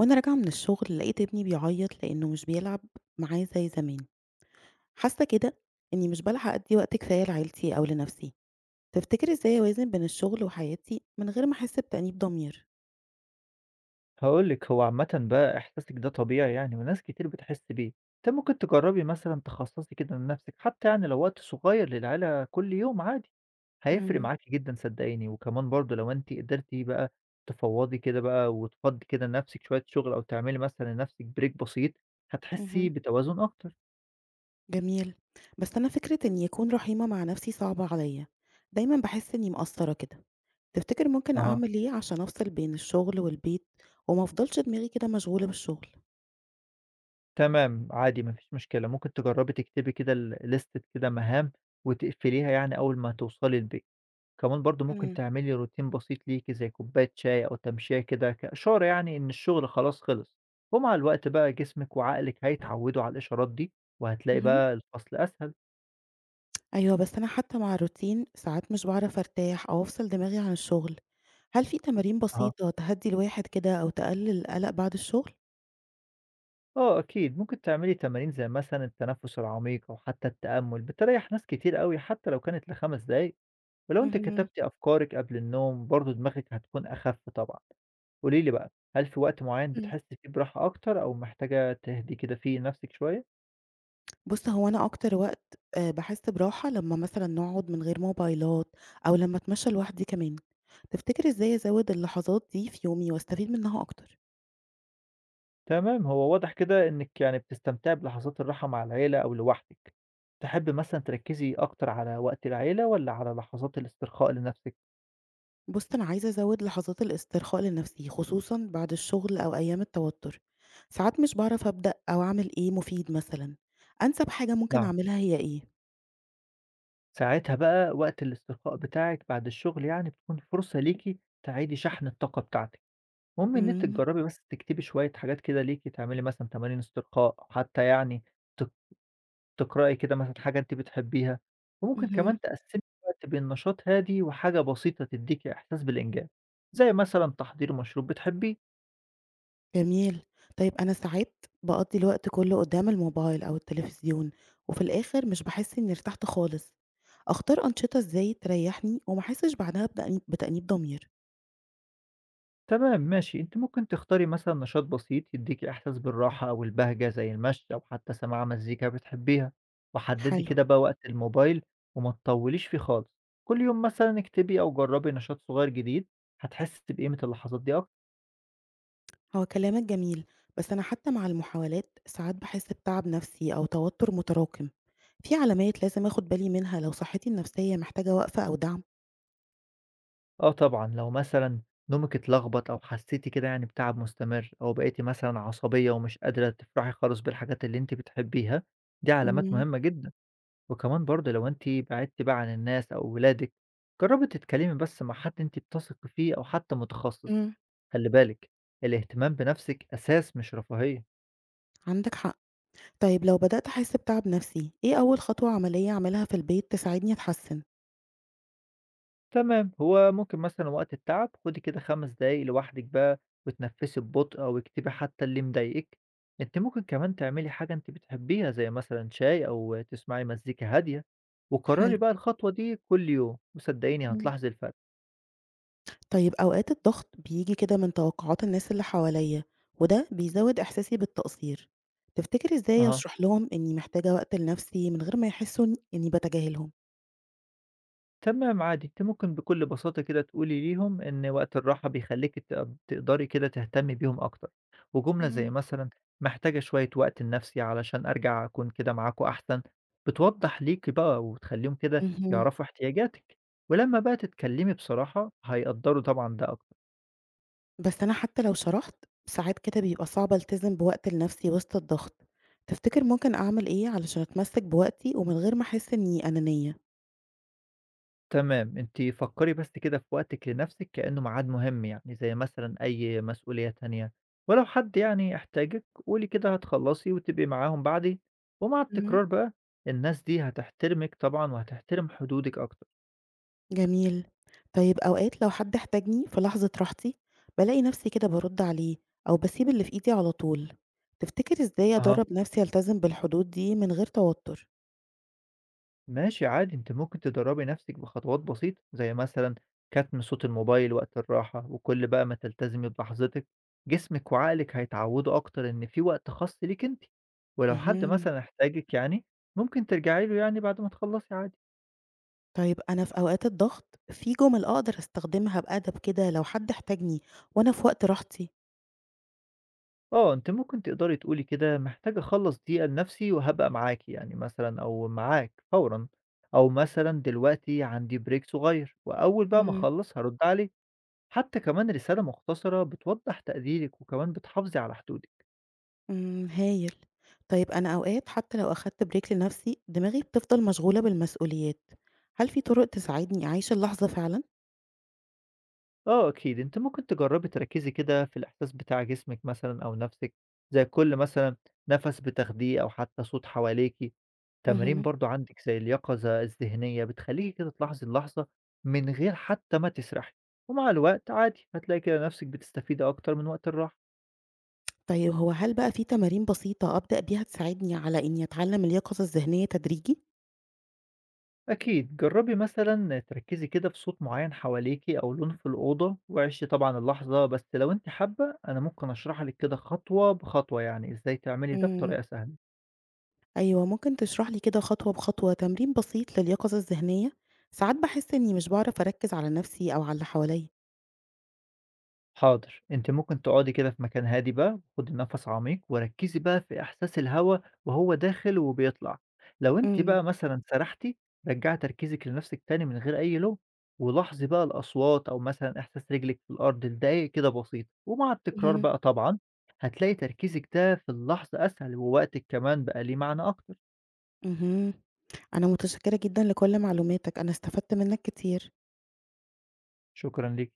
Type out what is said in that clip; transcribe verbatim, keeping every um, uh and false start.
وأنا راجعة من الشغل لقيت ابني بيعيط لأنه مش بيلعب معاه زي زمان. حاسة كده إني مش بلحق أدي وقت كفاية لعيلتي أو لنفسي. تفتكر إزاي أوازن بين الشغل وحياتي من غير ما أحس بتأنيب ضمير؟ هاقول لِك، هو عامةً بقى إحساسِك ده طبيعي يعني وناس كتير بتحس بيه. أنتِ ممكن تجرّبي مثلًا تخصّصي كده لنَفْسِك حتى يعني لو وقت صغير للعيلة كل يوم عادي، هيفرق مم. معاكِ جدًا صدّقيني. وكمان برضه لو أنتِ قدرتِ بقى تفوّضي كده بقى وتفضّي كده لنَفْسِك شوية شغل أو تعملي مثلًا لنَفْسِك break بسيط، هتحسّي مهم. بتوازن أكتر. جميل. بس أنا فكرة إني أكون رحيمة مع نفسي صعبة عليا، دايما بحس إني مقصرة كده. تفتكر ممكن أها، أعمل إيه عشان أفصل بين الشغل والبيت وما أفضلش دماغي كده مشغولة بالشغل؟ تمام عادي ما فيش مشكلة. ممكن تجرّبي تكتبي كده ال لِستة كده مهام وتقفليها يعني أول ما توصلي البيت. كمان برضه ممكن مم. تعملي روتين بسيط ليكِ زي كوباية شاي أو تمشية كده كإشارة يعني إن الشغل خلاص خلص، ومع الوقت بقى جسمِك وعقلِك هيتعودوا على الإشارات دي، وهتلاقي مهم. بقى الفصل أسهل. أيوه، بس أنا حتى مع الروتين ساعات مش باعرف أرتاح أو أفصل دماغي عن الشغل، هل في تمارين أها. بسيطة تهدّي الواحد كده أو تقلل القلق بعد الشغل؟ آه أكيد، ممكن تعملي تمارين زي مثلًا التنفس العميق أو حتى التأمل، بتريح ناس كتير أوي حتى لو كانت لخمس دقايق، ولو أنتِ اهم، كتبتِ أفكارِك قبل النوم برضه دماغِك هتكون أخف طبعًا. قولي لي بقى، هل في وقت معين إمم. بتحسي فيه براحة أكتر أو محتاجة تهدي كده فيه نفسِك شوية؟ بُص، هو أنا أكتر وقت آآ باحس براحة لمّا مثلًا نقعد من غير موبايلات أو لمّا أتمشى لوحدي كمان، تفتكر إزاي أزوّد اللحظات دي في يومي واستفيد منها أكتر؟ تمام، هو واضح كده إنِّك يعني بتستمتعي بلحظات الراحة مع العيلة أو لوحدِك. تحبّي مثلًا تركّزي أكتر على وقت العيلة والّا على لحظات الاسترخاء لنَفْسِك؟ بُص، أنا عايزة أزوّد لحظات الاسترخاء لنفسي، خصوصًا بعد الشغل أو أيام التوتر. ساعات مش باعرف أبدأ أو أعمل إيه مفيد مثلًا. أنسب حاجة ممكن نعم. أعملها هي إيه؟ ساعتها بقى وقت الاسترخاء بتاعِك بعد الشغل يعني بتكون فرصة ليكِ تعيدي شحن الطاقة بتاعتِك. المهم إن أنتِ إمم، تجرّبي بس تكتبي شوية حاجات كده ليكِ، تعملي مثلًا تمارين استرخاء، حتّى يعني ت تقرأي كده مثلًا حاجة أنتِ بتحبيها، وممكن اهم، كمان تقسّمي الوقت بين نشاط هادي وحاجة بسيطة تدّيكِ إحساس بالإنجاز، زي مثلًا تحضير مشروب بتحبيه، جميل. طيب أنا ساعات باقضّي الوقت كُلّه قدّام الموبايل أو التلفزيون، وفي الآخر مش باحس إنّي ارتحت خالص. أختار أنشطة إزاي تريّحني وما أحسش بعدها بتأنيب بتأنيب ضمير؟ تمام ماشي، أنتِ ممكن تختاري مثلًا نشاط بسيط يدّيكِ إحساس بالراحة أو البهجة زي المشي أو حتى سماع مزيكا بتحبيها، وحدّدي حلو، كده بقى وقت الموبايل وما تطوّليش فيه خالص، كل يوم مثلًا اكتبي أو جرّبي نشاط صغير جديد، هتحسّي بقيمة اللحظات دي أكتر. هو كلامك جميل، بس أنا حتى مع المحاولات ساعات باحس بتعب نفسي أو توتر متراكم. في علامات لازم آخُد بالي منها لو صحّتي النفسية محتاجة وقفة أو دعم؟ آه طبعًا، لو مثلًا نومِك اتلخبط أو حسيتِ كده يعني بتعب مستمر أو بقيتِ مثلًا عصبية ومش قادرة تفرحي خالص بالحاجات اللي أنتِ بتحبيها، دي علامات إمم، مهمة جدًا، وكمان برضه لو أنتِ بعدتِ بقى عن الناس أو ولادِك، جربي تتكلمي بس مع حد أنتِ بتثقي فيه أو حتى متخصص، إمم، خلّي بالِك الاهتمام بنفسِك أساس مش رفاهية. عندِك حق. طيب لو بدأت أحس بتعب نفسي، إيه أول خطوة عملية أعملها في البيت تساعدني أتحسّن؟ تمام، هو ممكن مثلًا وقت التعب خدي كده 5 دقايق لوحدِك بقى وتنفّسي ببطء أو اكتبي حتى اللي مضايقِك، أنتِ ممكن كمان تعملي حاجة أنتِ بتحبيها زي مثلًا شاي أو تسمعي مزيكا هادية، وكرّري حلو، بقى الخطوة دي كل يوم، وصدقيني إمم. هتلاحظي الفرق، طيب أوقات الضغط بييجي كده من توقعات الناس اللي حواليّا، وده بيزوّد إحساسي بالتقصير. تفتكري إزاي أها. أشرح لهم إنّي محتاجة وقت لنفسي من غير ما يحسّوا إن إنّي باتجاهلهم؟ تمام عادي، أنتِ ممكن بكل بساطة كده تقولي ليهم إن وقت الراحة بيخلّيكِ ت تقدري كده تهتمي بيهم أكتر، وجملة زي إمم. مثلًا محتاجة شوية وقت لنفسي علشان أرجع أكون كده معاكم أحسن، بتوضّح ليكِ بقى وتخلّيهم كده اهم. يعرفوا احتياجاتِك، ولمّا بقى تتكلمي بصراحة هيقدّروا طبعًا ده أكتر. بس أنا حتى لو شرحت ساعات كده بيبقى صعب ألتزم بوقت لنفسي وسط الضغط. تفتكر ممكن أعمل إيه علشان أتمسك بوقتي ومن غير ما أحس إني أنانية؟ تمام، أنتِ فكّري بس كده في وقتِك لنفسِك كإنه ميعاد مهم يعني، زي مثلًا أي مسؤولية تانية، ولو حد يعني احتاجِك قولي كده هتخلّصي وتبقي معاهم بعدي، ومع مم. التكرار بقى الناس دي هتحترمِك طبعًا وهتحترم حدودِك أكتر. جميل. طيب أوقات لو حد احتاجني في لحظة راحتي بلاقي نفسي كده برد عليه أو بسيب اللي في إيدي على طول، تفتكر إزاي أها. أدرب نفسي ألتزم بالحدود دي من غير توتر؟ ماشي عادي أنتِ ممكن تدرّبي نَفْسِك بخطوات بسيطة، زي مثلًا كتم صوت الموبايل وقت الراحة، وكل بقى ما تلتزمي بلحظتِك، جسمِك وعقلِك هيتعوّدوا أكتر إن في وقت خاص ليكِ أنتِ، ولو حد مهم. مثلًا احتاجِك يعني ممكن ترجعي له يعني بعد ما تخلّصي عادي. طيب أنا في أوقات الضغط في جمل أقدر أستخدمها بأدب كده لو حد احتاجني وأنا في وقت راحتي؟ آه، أنتِ ممكن تقدري تقولي كده محتاجة أخلّص دقيقة لنَفْسي وهابقى معاكِ يعني مثلًا أو معاك فورًا، أو مثلًا دلوقتي عندي break صغير وأول بقى ما أخلّص هارُد عليكِ. حتى كمان رسالة مختصرة بتوضح تقديرك وكمان بتحافظي على حدودك. إمم، هايل. طيب أنا أوقات حتى لو أخدت break لنفسي، دماغي بتفضل مشغولة بالمسؤوليات. هل في طرق تساعدني أعيش اللحظة فعلًا؟ اه اكيد انت ممكن تجربي تركزي كده في الاحساس بتاع جسمك مثلا او نفسك، زي كل مثلا نفس بتاخديه او حتى صوت حواليكي. تمارين اهم. برضو عندك زي اليقظة الذهنية بتخليكي كده تلاحظي اللحظة من غير حتى ما تسرحي، ومع الوقت عادي هتلاقي كده نفسك بتستفيدي اكتر من وقت الراحة. طيب هو هل بقى في تمارين بسيطة أبدأ بيها تساعدني على إني أتعلم اليقظة الذهنية تدريجي؟ أكيد جربي مثلا تركزي كده في صوت معين حواليكي أو لون في الأوضة وعيشي طبعا اللحظة، بس لو أنت حابة أنا ممكن أشرح لك كده خطوة بخطوة يعني إزاي تعملي ده إمم. بطريقة سهلة. أيوه، ممكن تشرح لي كده خطوة بخطوة تمرين بسيط لليقظة الذهنية؟ ساعات باحس إني مش باعرف أركّز على نفسي أو على اللي حواليّا. حاضر، انت ممكن تقعدي كده في مكان هادي بقى، خدي نفس عميق وركزي بقى في احساس الهواء وهو داخل وبيطلع، لو انت إمم، بقى مثلا سرحتي رجعي تركيزك لنفسك تاني من غير اي لوم، ولاحظي بقى الاصوات او مثلا احساس رجلك في الارض لدقايق كده بسيط، ومع التكرار اهم. بقى طبعا هتلاقي تركيزك ده في اللحظة اسهل ووقتك كمان بقى ليه معنى اكتر. اهم. أنا متشكرة جدًا لكل معلوماتك، أنا استفدت منك كتير. شكرا ليك.